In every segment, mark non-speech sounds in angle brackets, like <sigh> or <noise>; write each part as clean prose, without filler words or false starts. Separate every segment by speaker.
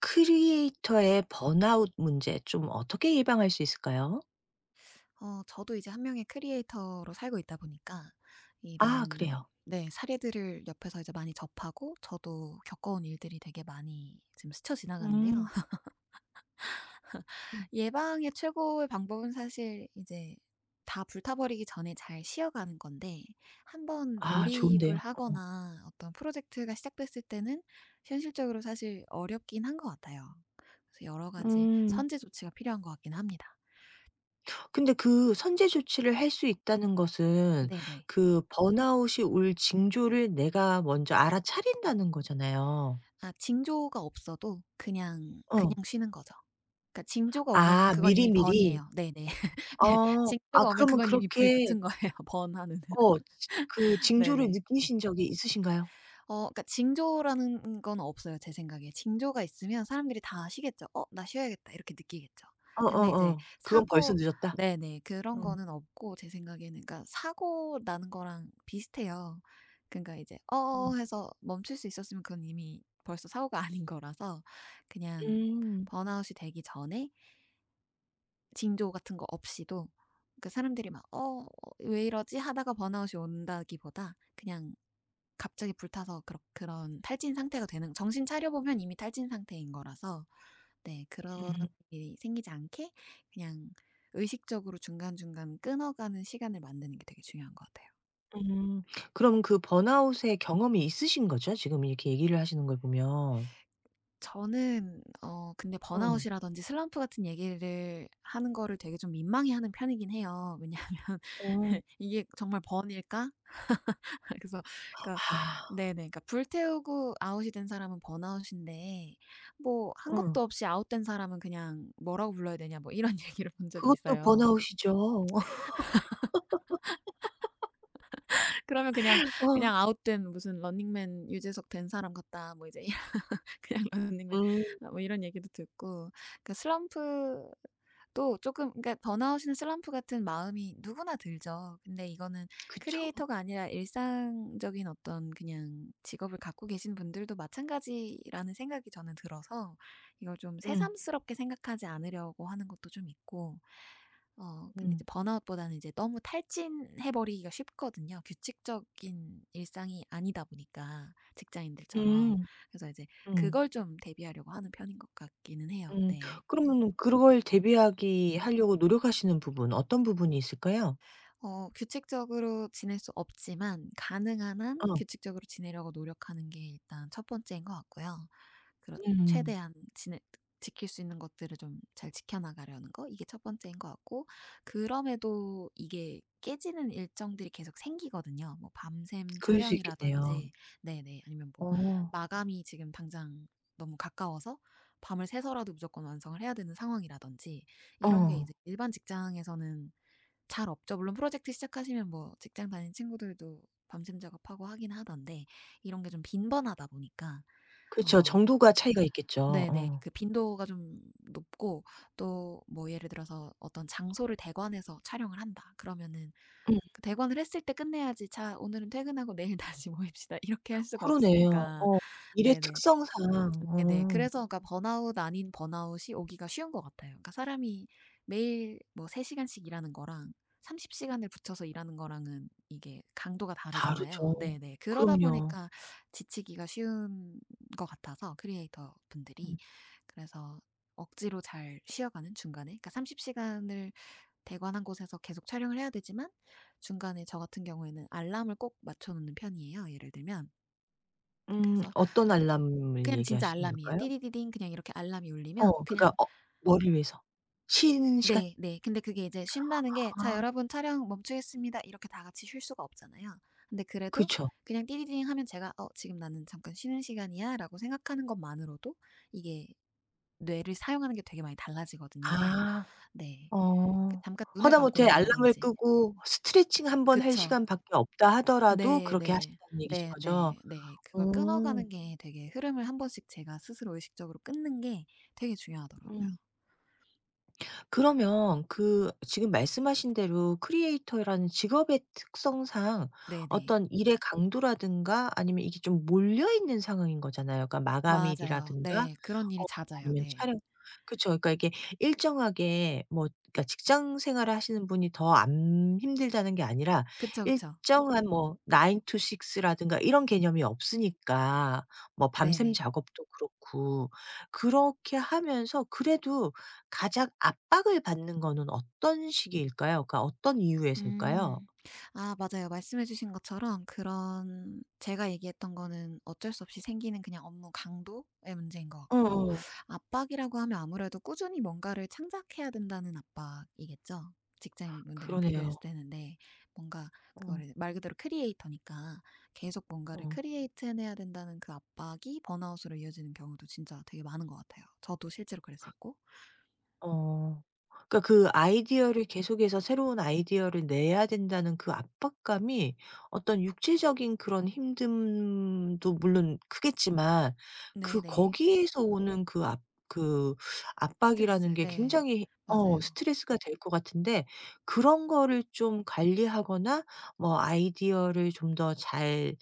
Speaker 1: 크리에이터의 번아웃 문제 좀 어떻게 예방할 수 있을까요?
Speaker 2: 어 저도 이제 한 명의 크리에이터로 살고 있다 보니까
Speaker 1: 아,
Speaker 2: 이런
Speaker 1: 그래요.
Speaker 2: 네 사례들을 옆에서 이제 많이 접하고 저도 겪어온 일들이 되게 많이 지금 스쳐 지나가는데요.
Speaker 1: 음.
Speaker 2: <laughs>
Speaker 1: 음.
Speaker 2: 예방의 최고의 방법은 사실 이제 다 불타버리기 전에 잘 쉬어가는 건데, 한 번
Speaker 1: 아,
Speaker 2: 몰입을
Speaker 1: 좋은데요.
Speaker 2: 하거나 어떤 프로젝트가 시작됐을 때는 현실적으로 사실 어렵긴 한 것 같아요. 그래서 여러 가지
Speaker 1: 음.
Speaker 2: 선제 조치가 필요한 것 같긴 합니다.
Speaker 1: 근데 그 선제 조치를 할 수 있다는 것은
Speaker 2: 네네.
Speaker 1: 그 번아웃이 올 징조를 내가 먼저 알아차린다는 거잖아요.
Speaker 2: 아 징조가 없어도 그냥
Speaker 1: 어.
Speaker 2: 쉬는 거죠. 그러니까 징조가 오면
Speaker 1: 아,
Speaker 2: 그건 이미
Speaker 1: 미리미리?
Speaker 2: 번이에요. 네네. <laughs> 네.
Speaker 1: 어. 아,
Speaker 2: 징조가 오면
Speaker 1: 그러면
Speaker 2: 그건 이미 불이
Speaker 1: 그렇게
Speaker 2: 붙은 거예요, <laughs> 번하는.
Speaker 1: 어 지 그 징조를
Speaker 2: 네네.
Speaker 1: 느끼신 적이 있으신가요?
Speaker 2: 그러니까 징조라는 건 없어요 제 생각에. 징조가 있으면 사람들이 다 아시겠죠. '어 나 쉬어야겠다.' 이렇게 느끼겠죠. 근데 이제
Speaker 1: 어어어. 그건 벌써
Speaker 2: 사고,
Speaker 1: 늦었다.
Speaker 2: 네네. 그런
Speaker 1: 어.
Speaker 2: 거는 없고 제 생각에는 그러니까 사고 나는 거랑 비슷해요. 그러니까 이제
Speaker 1: 음.
Speaker 2: 해서 멈출 수 있었으면 그건 이미 벌써 사고가 <laughs> 아닌 거라서 그냥
Speaker 1: 음.
Speaker 2: 번아웃이 되기 전에 징조 같은 거 없이도 그 사람들이 막 '어 왜 이러지?' 하다가 번아웃이 온다기보다 그냥 갑자기 불타서 그런 탈진 상태가 되는, 정신 차려 보면 이미 탈진 상태인 거라서 네 그런 일이 생기지 않게 그냥 의식적으로 중간중간 끊어가는 시간을 만드는 게 되게 중요한 것 같아요.
Speaker 1: 음. 그럼 그 번아웃의 경험이 있으신 거죠? 지금 이렇게 얘기를 하시는 걸 보면.
Speaker 2: 저는 근데
Speaker 1: 응.
Speaker 2: 번아웃이라든지 슬럼프 같은 얘기를 하는 거를 되게 좀 민망해하는 편이긴 해요. 왜냐하면
Speaker 1: 어.
Speaker 2: <laughs> '이게 정말 번일까?' <laughs> 그래서 그러니까
Speaker 1: 아.
Speaker 2: 네네. 그러니까 불태우고 아웃이 된 사람은 번아웃인데, 뭐 한
Speaker 1: 응.
Speaker 2: 것도 없이 아웃된 사람은 그냥 뭐라고 불러야 되냐 뭐 이런 <laughs> 얘기를 본 적이
Speaker 1: 그것도
Speaker 2: 있어요.
Speaker 1: 번아웃이죠. <laughs>
Speaker 2: 그러면 그냥
Speaker 1: 어.
Speaker 2: 그냥 아웃된 무슨 런닝맨 유재석 된 사람 같다, 뭐 이제 <laughs> 그냥 런닝맨
Speaker 1: 음.
Speaker 2: 아 뭐 이런 얘기도 듣고, 그러니까 슬럼프 또 조금, 그러니까 번아웃이나 슬럼프 같은 마음이 누구나 들죠. 근데 이거는
Speaker 1: 그쵸.
Speaker 2: 크리에이터가 아니라 일상적인 어떤 그냥 직업을 갖고 계신 분들도 마찬가지라는 생각이 저는 들어서 이걸 좀
Speaker 1: 음.
Speaker 2: 새삼스럽게 생각하지 않으려고 하는 것도 좀 있고. 근데 이제
Speaker 1: 음.
Speaker 2: 번아웃보다는 이제 너무 탈진해 버리기가 쉽거든요, 규칙적인 일상이 아니다 보니까 직장인들처럼.
Speaker 1: 음.
Speaker 2: 그래서 이제
Speaker 1: 음.
Speaker 2: 그걸 좀 대비하려고 하는 편인 것 같기는 해요.
Speaker 1: 음.
Speaker 2: 네.
Speaker 1: 그러면 그걸 대비하기 하려고 노력하시는 부분 어떤 부분이 있을까요?
Speaker 2: 어 규칙적으로 지낼 수 없지만 가능한 한
Speaker 1: 어.
Speaker 2: 규칙적으로 지내려고 노력하는 게 일단 첫 번째인 것 같고요. 그렇
Speaker 1: 음.
Speaker 2: 최대한 지내 지킬 수 있는 것들을 좀 잘 지켜 나가려는 거, 이게 첫 번째인 것 같고, 그럼에도 이게 깨지는 일정들이 계속 생기거든요. 뭐 밤샘
Speaker 1: 그럴 수 있겠네요.
Speaker 2: 촬영이라든지 네네. 아니면 뭐
Speaker 1: 어.
Speaker 2: 마감이 지금 당장 너무 가까워서 밤을 새서라도 무조건 완성을 해야 되는 상황이라든지, 이런 게
Speaker 1: 어.
Speaker 2: 이제 일반 직장에서는 잘 없죠. 물론 프로젝트 시작하시면 뭐 직장 다니는 친구들도 밤샘 작업하고 하긴 하던데, 이런 게 좀 빈번하다 보니까
Speaker 1: 그쵸.
Speaker 2: 어
Speaker 1: 정도가 차이가 있겠죠.
Speaker 2: 네네.
Speaker 1: 어.
Speaker 2: 그 빈도가 좀 높고 또 뭐 예를 들어서 어떤 장소를 대관해서 촬영을 한다. 그러면은
Speaker 1: 음.
Speaker 2: 그 대관을 했을 때 끝내야지, "자 오늘은 퇴근하고 내일 <laughs> 다시 모입시다." 이렇게 할 수가
Speaker 1: 그러네요.
Speaker 2: 없으니까.
Speaker 1: 어. 일의
Speaker 2: 네네.
Speaker 1: 특성상.
Speaker 2: 네네.
Speaker 1: 어.
Speaker 2: 그래서 그러니까 번아웃 아닌 번아웃이 오기가 쉬운 것 같아요. 그러니까 사람이 매일 뭐 3 시간씩 일하는 거랑 30 시간을 붙여서 일하는 거랑은 이게 강도가 다르잖아요.
Speaker 1: 다르죠.
Speaker 2: 네네. 그러다
Speaker 1: 그럼요.
Speaker 2: 보니까 지치기가 쉬운 것 같아서 크리에이터 분들이.
Speaker 1: 음.
Speaker 2: 그래서 억지로 잘 쉬어가는 중간에, 그러니까 30 시간을 대관한 곳에서 계속 촬영을 해야 되지만 중간에 저 같은 경우에는 알람을 꼭 맞춰 놓는 편이에요 예를 들면.
Speaker 1: 음,
Speaker 2: 그래서
Speaker 1: 어떤 알람을
Speaker 2: 그냥 진짜
Speaker 1: 얘기하시는
Speaker 2: 알람이에요.
Speaker 1: 걸까요?
Speaker 2: 띠디디딩 그냥 이렇게 알람이 울리면
Speaker 1: 어, 그러니까
Speaker 2: 그냥
Speaker 1: 어, 머리 위에서. 쉬는 시간?
Speaker 2: 네 네. 근데 그게 이제 쉰다는 게 "자
Speaker 1: 아.
Speaker 2: 여러분 촬영 멈추겠습니다." 이렇게 다 같이 쉴 수가 없잖아요. 근데 그래도
Speaker 1: 그쵸.
Speaker 2: 그냥 띠디디딩 하면 제가 '어 지금 나는 잠깐 쉬는 시간이야.'라고 생각하는 것만으로도 이게 뇌를 사용하는 게 되게 많이 달라지거든요.
Speaker 1: 아.
Speaker 2: 네. 그
Speaker 1: 어.
Speaker 2: 잠깐 눈을 감고
Speaker 1: 허다못해 알람을
Speaker 2: 있는다든지.
Speaker 1: 끄고 스트레칭 한번 할
Speaker 2: 그쵸.
Speaker 1: 시간밖에 없다 하더라도
Speaker 2: 네
Speaker 1: 그렇게
Speaker 2: 네.
Speaker 1: 하신다는 얘기신
Speaker 2: 네
Speaker 1: 거죠?
Speaker 2: 네 네. 그걸
Speaker 1: 어.
Speaker 2: 끊어가는 게 되게, 흐름을 한 번씩 제가 스스로 의식적으로 끊는 게 되게 중요하더라고요.
Speaker 1: 음. 그러면 그 지금 말씀하신 대로 크리에이터라는 직업의 특성상
Speaker 2: 네네.
Speaker 1: 어떤 일의 강도라든가 아니면 이게 좀 몰려있는 상황인 거잖아요. 그러니까
Speaker 2: 맞아요.
Speaker 1: 마감일이라든가
Speaker 2: 네. 그런 일이
Speaker 1: 어,
Speaker 2: 잦아요.
Speaker 1: 아니면
Speaker 2: 네.
Speaker 1: 촬영. 그쵸. 그러니까 이게 일정하게 뭐, 그러니까 직장 생활을 하시는 분이 더 안 힘들다는 게 아니라
Speaker 2: 그쵸, 그쵸.
Speaker 1: 일정한 뭐 9 to 6 라든가 이런 개념이 없으니까 뭐 밤샘
Speaker 2: 네네.
Speaker 1: 작업도 그렇고, 그렇게 하면서 그래도 가장 압박을 받는 거는 어떤 시기일까요? 그러니까 어떤 이유에서일까요?
Speaker 2: 음. 아 맞아요. 말씀해 주신 것처럼 그런, 제가 얘기했던 거는 어쩔 수 없이 생기는 그냥 업무 강도의 문제인 것 같고,
Speaker 1: 어어.
Speaker 2: 압박이라고 하면 아무래도 꾸준히 뭔가를 창작해야 된다는 압박이겠죠. 직장인분들이랑
Speaker 1: 그러네요.
Speaker 2: 비교했을 때는. 네. 뭔가
Speaker 1: 어.
Speaker 2: 그거를, 말 그대로 크리에이터니까 계속 뭔가를
Speaker 1: 어.
Speaker 2: 크리에이트 해내야 된다는 그 압박이 번아웃으로 이어지는 경우도 진짜 되게 많은 것 같아요. 저도 실제로 그랬었고.
Speaker 1: 어. 그러니까 그 아이디어를 계속해서 새로운 아이디어를 내야 된다는 그 압박감이 어떤 육체적인 그런 힘듦도 물론 크겠지만 그
Speaker 2: 네네.
Speaker 1: 거기에서 오는 그 압 그 압박이라는
Speaker 2: 스트레스.
Speaker 1: 게
Speaker 2: 네.
Speaker 1: 굉장히
Speaker 2: 맞아요.
Speaker 1: 스트레스가 될 것 같은데, 그런 거를 좀 관리하거나 뭐 아이디어를 좀 더 잘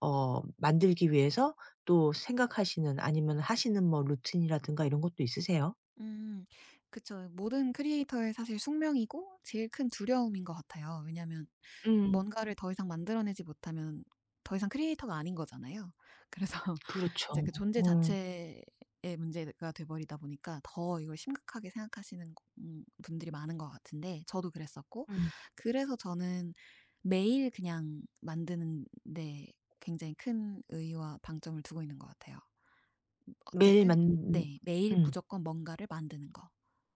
Speaker 1: 어, 만들기 위해서 또 생각하시는 아니면 하시는 뭐 루틴이라든가 이런 것도 있으세요?
Speaker 2: 음. 그쵸. 모든 크리에이터의 사실 숙명이고 제일 큰 두려움인 것 같아요. 왜냐하면
Speaker 1: 음.
Speaker 2: 뭔가를 더 이상 만들어내지 못하면 더 이상 크리에이터가 아닌 거잖아요. 그래서 <laughs> 이제
Speaker 1: 그렇죠.
Speaker 2: 그 존재
Speaker 1: 어.
Speaker 2: 자체의 문제가 돼 버리다 보니까 더 이걸 심각하게 생각하시는 거, 분들이 많은 것 같은데 저도 그랬었고.
Speaker 1: 음.
Speaker 2: 그래서 저는 매일 그냥 만드는 데 굉장히 큰 의의와 방점을 두고 있는 것 같아요.
Speaker 1: 매일
Speaker 2: 어쨌든
Speaker 1: 만,
Speaker 2: 네 매일
Speaker 1: 음.
Speaker 2: 무조건 뭔가를 만드는 거.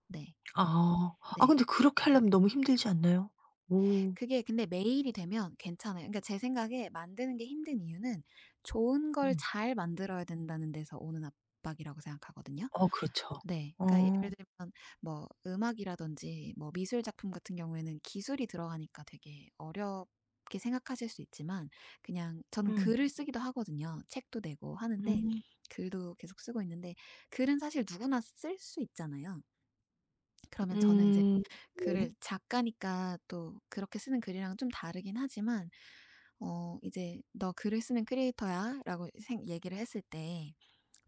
Speaker 2: 네.
Speaker 1: 아. 아,
Speaker 2: 네.
Speaker 1: 근데 그렇게 하려면 너무 힘들지 않나요? 오.
Speaker 2: 그게 근데 매일이 되면 괜찮아요. 그러니까 제 생각에 만드는 게 힘든 이유는 좋은 걸
Speaker 1: 음.
Speaker 2: 잘 만들어야 된다는 데서 오는 압박이라고 생각하거든요.
Speaker 1: 어, 그렇죠.
Speaker 2: 네. 그러니까
Speaker 1: 어.
Speaker 2: 예를 들면 뭐 음악이라든지 뭐 미술 작품 같은 경우에는 기술이 들어가니까 되게 어렵게 생각하실 수 있지만, 그냥 저는
Speaker 1: 음.
Speaker 2: 글을 쓰기도 하거든요. 책도 내고 하는데
Speaker 1: 음.
Speaker 2: 글도 계속 쓰고 있는데 글은 사실 누구나 쓸 수 있잖아요. 그러면 저는 이제
Speaker 1: 음.
Speaker 2: 글을,
Speaker 1: 네.
Speaker 2: 작가니까 또 그렇게 쓰는 글이랑 좀 다르긴 하지만 이제 "너 글을 쓰는 크리에이터야."라고 생 얘기를 했을 때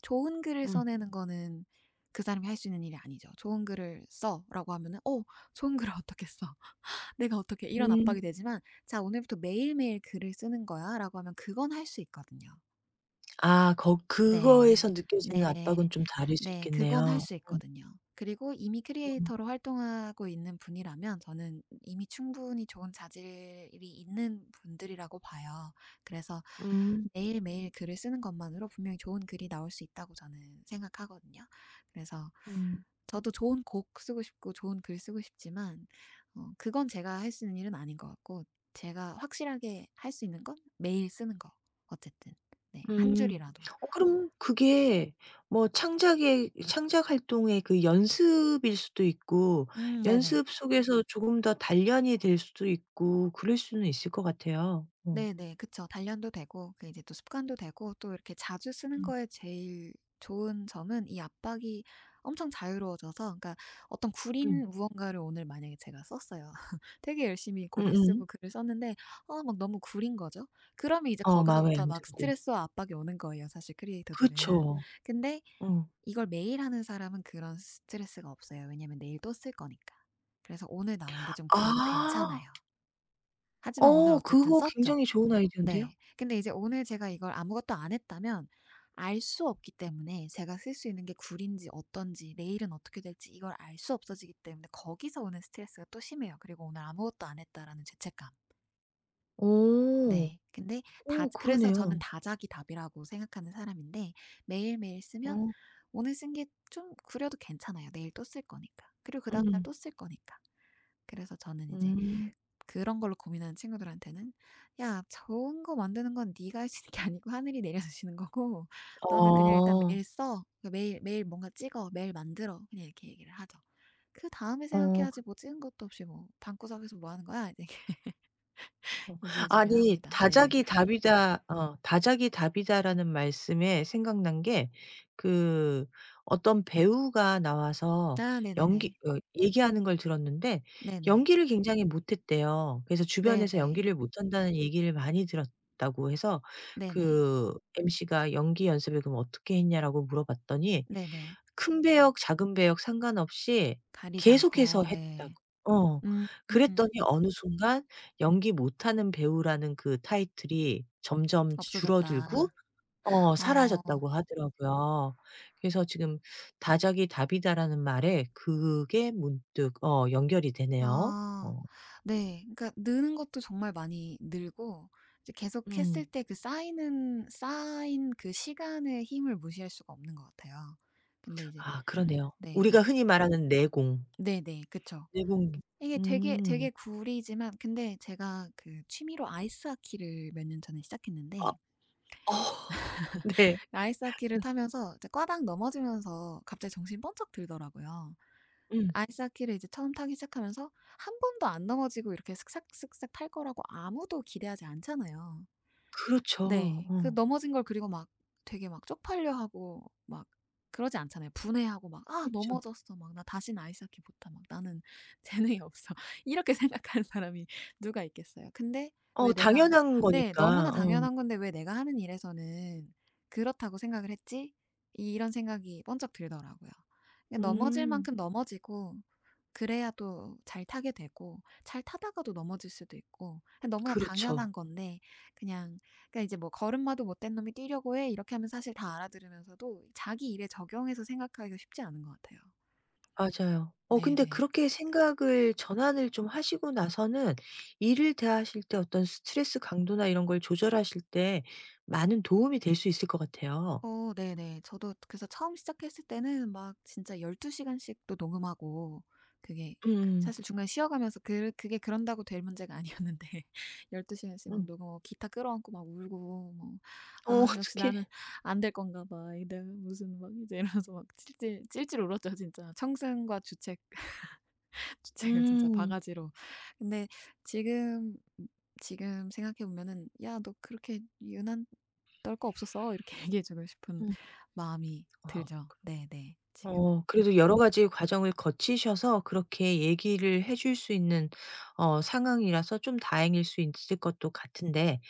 Speaker 2: 좋은 글을
Speaker 1: 음.
Speaker 2: 써내는 거는 그 사람이 할 수 있는 일이 아니죠. "좋은 글을 써."라고 하면은 "어 좋은 글을 <laughs> 어떻게 써? 내가 어떻게" 이런
Speaker 1: 음.
Speaker 2: 압박이 되지만, "자 오늘부터 매일매일 글을 쓰는 거야."라고 하면 그건 할 수 있거든요.
Speaker 1: 아, 거
Speaker 2: 네.
Speaker 1: 그거에서 느껴지는
Speaker 2: 네.
Speaker 1: 압박은 좀 다를 수
Speaker 2: 네. 그건 할
Speaker 1: 있겠네요.
Speaker 2: 수
Speaker 1: 음.
Speaker 2: 있거든요. 그리고 이미 크리에이터로 활동하고 있는 분이라면 저는 이미 충분히 좋은 자질이 있는 분들이라고 봐요. 그래서
Speaker 1: 음.
Speaker 2: 매일매일 글을 쓰는 것만으로 분명히 좋은 글이 나올 수 있다고 저는 생각하거든요. 그래서
Speaker 1: 음.
Speaker 2: 저도 좋은 곡 쓰고 싶고 좋은 글 쓰고 싶지만 그건 제가 할 수 있는 일은 아닌 것 같고, 제가 확실하게 할 수 있는 건 매일 쓰는 거. 어쨌든. 네. 한
Speaker 1: 음.
Speaker 2: 줄이라도.
Speaker 1: 어, 그럼 그게 뭐 창작의 창작 활동의 그 연습일 수도 있고
Speaker 2: 네네.
Speaker 1: 연습 속에서 조금 더 단련이 될 수도 있고 그럴 수는 있을 것 같아요. 어.
Speaker 2: 네네. 그쵸. 단련도 되고, 그게 이제 또 습관도 되고, 또 이렇게 자주 쓰는
Speaker 1: 음.
Speaker 2: 거에 제일 좋은 점은 이 압박이 엄청 자유로워져서 그러니까, 어떤
Speaker 1: 음.
Speaker 2: 구린 무언가를 오늘 만약에 제가 썼어요. <laughs> 되게 열심히 곡을
Speaker 1: 음음.
Speaker 2: 쓰고 글을 썼는데 아 막 너무 구린 거죠. 그러면 이제
Speaker 1: 어, 마음에
Speaker 2: 거기서부터
Speaker 1: 안
Speaker 2: 막
Speaker 1: 들고.
Speaker 2: 스트레스와 압박이 오는 거예요, 사실 크리에이터들은.
Speaker 1: 그쵸.
Speaker 2: 근데
Speaker 1: 어.
Speaker 2: 이걸 매일 하는 사람은 그런 스트레스가 없어요. 왜냐면 내일 또 쓸 거니까. 그래서 오늘 나온 게 좀 구려도 괜찮아요.
Speaker 1: 아.
Speaker 2: 하지만 오늘
Speaker 1: 어,
Speaker 2: 어쨌든
Speaker 1: 그거
Speaker 2: 썼죠.
Speaker 1: 굉장히 좋은 아이디어인데요.
Speaker 2: 네. 근데 이제 오늘 제가 이걸 아무것도 안 했다면 알 수 없기 때문에, 제가 쓸 수 있는 게 굴인지 어떤지, 내일은 어떻게 될지 이걸 알 수 없어지기 때문에 거기서 오는 스트레스가 또 심해요. 그리고 오늘 아무것도 안 했다라는 죄책감.
Speaker 1: 어.
Speaker 2: 네. 근데 다
Speaker 1: 어,
Speaker 2: 그래서 저는
Speaker 1: 그러네요.
Speaker 2: 다작이 답이라고 생각하는 사람인데, 매일매일 쓰면
Speaker 1: 어.
Speaker 2: 오늘 쓴 게 좀 구려도 괜찮아요. 내일 또 쓸 거니까. 그리고 그 다음날
Speaker 1: 음.
Speaker 2: 또 쓸 거니까. 그래서 저는 이제
Speaker 1: 음.
Speaker 2: 그런 걸로 고민하는 친구들한테는 "야 좋은 거 만드는 건 네가 할 수 있는 게 아니고 하늘이 내려주시는 거고, 너는 그냥 일단
Speaker 1: 어.
Speaker 2: 매일 써. 그러니까 매일 매일 뭔가 찍어. 매일 만들어." 그냥 이렇게 얘기를 하죠. "그다음에
Speaker 1: 어.
Speaker 2: 생각해야지 뭐 찍은 것도 없이 뭐 방구석에서 뭐 하는 거야?" 이게 <laughs>
Speaker 1: 어.
Speaker 2: 얘기해 주긴
Speaker 1: 아니,
Speaker 2: 합니다. 네네.
Speaker 1: 다작이 답이다. 어, "다작이 답이다."라는 말씀에 생각난 게 그, 어떤 배우가 나와서
Speaker 2: 아 네네네.
Speaker 1: 연기 어, 얘기하는 걸 들었는데
Speaker 2: 네네.
Speaker 1: 연기를 굉장히 못했대요. 그래서 주변에서
Speaker 2: 네네.
Speaker 1: 연기를 못한다는 얘기를 많이 들었다고 해서
Speaker 2: 네네.
Speaker 1: 그 MC가 "연기 연습을 그럼 어떻게 했냐?"라고 물어봤더니
Speaker 2: 네네.
Speaker 1: 큰 배역 작은 배역 상관없이
Speaker 2: 가리지
Speaker 1: 계속해서
Speaker 2: 않고
Speaker 1: 했다고.
Speaker 2: 네.
Speaker 1: 어.
Speaker 2: 음.
Speaker 1: 그랬더니 어느 순간 연기 못하는 배우라는 그 타이틀이 점점 줄어들고
Speaker 2: 없어졌다.
Speaker 1: 어,
Speaker 2: 어.
Speaker 1: 사라졌다고 하더라고요. 그래서 지금 "다작이 답이다."라는 말에 그게 문득 어, 연결이 되네요.
Speaker 2: 아.
Speaker 1: 어.
Speaker 2: 네. 그러니까 느는 것도 정말 많이 늘고, 이제 계속 했을
Speaker 1: 음.
Speaker 2: 때 그 쌓이는, 쌓인 그 시간의 힘을 무시할 수가 없는 것 같아요. 근데 이제
Speaker 1: 아, 그러네요.
Speaker 2: 네
Speaker 1: 우리가
Speaker 2: 뭐
Speaker 1: 흔히 말하는 내공.
Speaker 2: 네네. 그쵸.
Speaker 1: 내공.
Speaker 2: 이게 되게,
Speaker 1: 음.
Speaker 2: 되게 구리지만, 근데 제가 그 취미로 아이스하키를 몇 년 전에
Speaker 1: 아.
Speaker 2: 시작했는데,
Speaker 1: 어. <laughs> 네.
Speaker 2: 아이스하키를 타면서 이제 꽈당 넘어지면서 갑자기 정신이 번쩍 들더라고요.
Speaker 1: 음.
Speaker 2: 아이스하키를 이제 처음 타기 시작하면서 한 번도 안 넘어지고 이렇게 슥싹슥싹 탈 거라고 아무도 기대하지 않잖아요.
Speaker 1: 그렇죠.
Speaker 2: 네. 그
Speaker 1: 어.
Speaker 2: 넘어진 걸 그리고 막 되게 막 쪽팔려 하고 막 그러지 않잖아요. 분해하고 막 '아
Speaker 1: 그쵸.
Speaker 2: 넘어졌어. 막 나 다시는 아이스하키 못하. 막 나는 <laughs> 재능이 없어.' 이렇게 생각하는 사람이 누가 있겠어요. 근데 왜
Speaker 1: 어,
Speaker 2: 내가
Speaker 1: 당연한
Speaker 2: 네.
Speaker 1: 거니까.
Speaker 2: 너무나
Speaker 1: 어.
Speaker 2: 당연한 건데 '왜 내가 하는 일에서는 그렇다고 생각을 했지?' 이런 생각이 번쩍 들더라고요. 그냥 넘어질
Speaker 1: 음.
Speaker 2: 만큼 넘어지고, 그래야 또 잘 타게 되고, 잘 타다가도 넘어질 수도 있고, 그냥 너무나
Speaker 1: 그렇죠.
Speaker 2: 당연한 건데 그냥, 그러니까 이제 뭐 "걸음마도 못된 놈이 뛰려고 해." 이렇게 하면 사실 다 알아들으면서도 자기 일에 적용해서 생각하기가 쉽지 않은 것 같아요.
Speaker 1: 맞아요. 어, 근데
Speaker 2: 네네.
Speaker 1: 그렇게 생각을 전환을 좀 하시고 나서는 일을 대하실 때 어떤 스트레스 강도나 이런 걸 조절하실 때 많은 도움이 될 수 있을 것 같아요.
Speaker 2: 어 네네. 저도 그래서 처음 시작했을 때는 막 진짜 12 시간씩도 녹음하고, 그게
Speaker 1: 음.
Speaker 2: 사실 중간에 쉬어가면서 그게 그런다고 될 문제가 아니었는데 <laughs> 12 시간씩 막
Speaker 1: 음.
Speaker 2: 녹음하고 기타 끌어안고 막 울고 뭐
Speaker 1: 어. <laughs>
Speaker 2: '아 역시
Speaker 1: 어떡해.
Speaker 2: 나는 안 될 건가 봐. 이 내가 무슨' 막 이제 이러면서 막 찔찔 울었죠 진짜. 청승과 주책, 주책을 진짜
Speaker 1: 음.
Speaker 2: 바가지로. 근데 지금 지금 생각해 보면은 '야 너 그렇게 유난 떨 거 없었어.' 이렇게 <laughs> 얘기해 주고 싶은
Speaker 1: 음.
Speaker 2: 마음이
Speaker 1: 어.
Speaker 2: 들죠. 네네. 지금은.
Speaker 1: 어, 그래도 여러 가지 과정을 거치셔서 그렇게 얘기를 해줄 수 있는 어, 상황이라서 좀 다행일 수 있을 것도 같은데,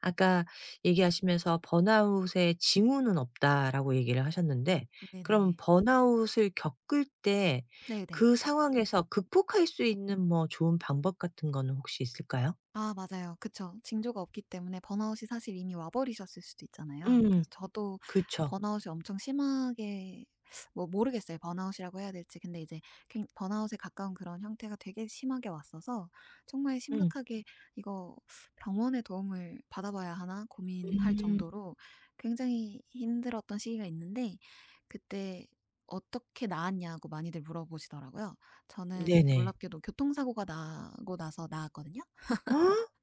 Speaker 1: 아까 얘기하시면서 "번아웃의 징후는 없다."라고 얘기를 하셨는데 그럼
Speaker 2: 네네.
Speaker 1: 번아웃을 겪을 때
Speaker 2: 네네.
Speaker 1: 그 상황에서 극복할 수 있는 뭐 좋은 방법 같은 거는 혹시 있을까요?
Speaker 2: 아 맞아요. 그쵸. 징조가 없기 때문에 번아웃이 사실 이미 와 버리셨을 수도 있잖아요.
Speaker 1: 음.
Speaker 2: 그래서 저도
Speaker 1: 그쵸.
Speaker 2: 번아웃이 엄청 심하게, 뭐 모르겠어요. 번아웃이라고 해야 될지. 근데 이제 굉 번아웃에 가까운 그런 형태가 되게 심하게 왔어서 정말
Speaker 1: 음.
Speaker 2: 심각하게 '이거 병원의 도움을 받아봐야 하나?' 고민할
Speaker 1: 음.
Speaker 2: 정도로 굉장히 힘들었던 시기가 있는데, 그때 "어떻게 나았냐?"고 많이들 물어보시더라고요. 저는
Speaker 1: 네네.
Speaker 2: 놀랍게도 교통사고가 나고 나서 나았거든요.
Speaker 1: 어,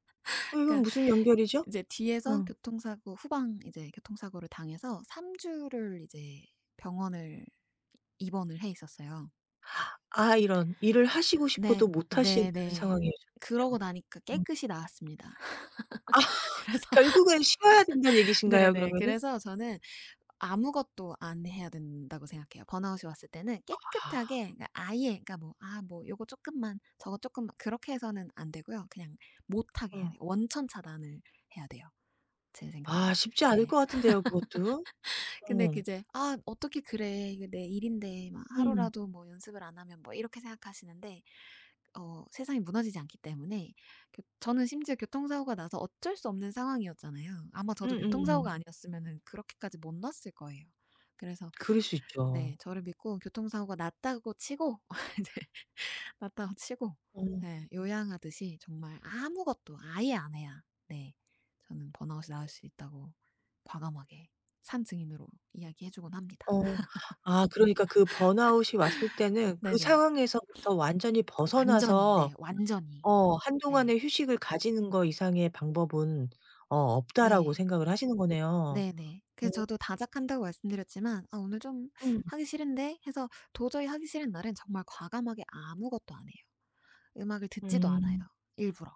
Speaker 1: 이건
Speaker 2: 까
Speaker 1: 무슨 연결이죠?
Speaker 2: 이제 뒤에서
Speaker 1: 어.
Speaker 2: 교통사고 후방, 이제 교통사고를 당해서 3 주를 이제 병원을 입원을 해 있었어요.
Speaker 1: 아, 이런. 일을 하시고
Speaker 2: 네.
Speaker 1: 싶어도 못 하시는
Speaker 2: 네네.
Speaker 1: 상황이
Speaker 2: 그러고
Speaker 1: 오셨네요.
Speaker 2: 나니까
Speaker 1: 음.
Speaker 2: 깨끗이 나았습니다. <laughs> 그래서
Speaker 1: 결국은 쉬어야 된다는 얘기신가요
Speaker 2: 네네.
Speaker 1: 그러면은?
Speaker 2: 그래서 저는 아무것도 안 해야 된다고 생각해요. 번아웃이 왔을 때는
Speaker 1: 아.
Speaker 2: 깨끗하게. 그러니까 아예, 그러니까 뭐 '아 뭐 요거 조금만 저거 조금만' 그렇게 해서는 안 되고요. 그냥 못하게 해야 돼요.
Speaker 1: 어.
Speaker 2: 원천 차단을 해야 돼요, 제
Speaker 1: 아,
Speaker 2: 생각에는.
Speaker 1: 쉽지 않을
Speaker 2: 네.
Speaker 1: 것 같은데요 그것도.
Speaker 2: 근데 그
Speaker 1: 어.
Speaker 2: 이제 '아 어떻게 그래. 이게 내 일인데 막
Speaker 1: 음.
Speaker 2: 하루라도 뭐 연습을 안 하면 뭐.' 이렇게 생각하시는데 세상이 무너지지 않기 때문에. 그 저는 심지어 교통사고가 나서 어쩔 수 없는 상황이었잖아요. 아마 저도 교통사고가
Speaker 1: 음음.
Speaker 2: 아니었으면은 그렇게까지 못 났을 거예요. 그래서
Speaker 1: 그럴 수
Speaker 2: 네
Speaker 1: 있죠.
Speaker 2: 저를 믿고 교통사고가 났다고 치고 <laughs> 이제 났다고 치고
Speaker 1: 어.
Speaker 2: 네, 요양하듯이 정말 아무것도 아예 안 해야 네 저는 번아웃이 나을 수 있다고 과감하게 산 증인으로 이야기해 주곤 합니다.
Speaker 1: 어. 아, 그러니까 그 번아웃이 왔을 때는 그
Speaker 2: 네네.
Speaker 1: 상황에서부터 완전히
Speaker 2: 완전히
Speaker 1: 벗어나서
Speaker 2: 네. 완전히.
Speaker 1: 어,
Speaker 2: 네.
Speaker 1: 한동안의 휴식을 가지는 거 이상의 방법은 어, 없다라고
Speaker 2: 네.
Speaker 1: 생각을 하시는 거네요.
Speaker 2: 네네.
Speaker 1: 어.
Speaker 2: 그래서 저도 다작한다고 말씀드렸지만 '아 오늘 좀
Speaker 1: 음.
Speaker 2: 하기 싫은데.' 해서 도저히 하기 싫은 날은 정말 과감하게 아무것도 안 해요. 음악을 듣지도 않아요
Speaker 1: 음.
Speaker 2: 일부러.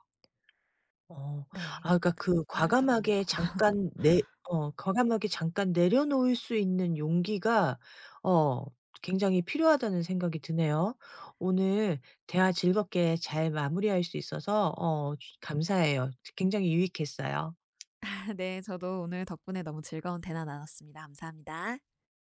Speaker 1: 어.
Speaker 2: 네.
Speaker 1: 아, 그러니까
Speaker 2: 그
Speaker 1: 그
Speaker 2: 한 글자도 안
Speaker 1: 과감하게
Speaker 2: 읽고.
Speaker 1: 잠깐 내, 어, 과감하게 잠깐 내려놓을 수 있는 용기가 어, 굉장히 필요하다는 생각이 드네요. 오늘 대화 즐겁게 잘 마무리할 수 있어서 어, 감사해요. 굉장히 유익했어요.
Speaker 2: <laughs> 네. 저도 오늘 덕분에 너무 즐거운 대화 나눴습니다. 감사합니다.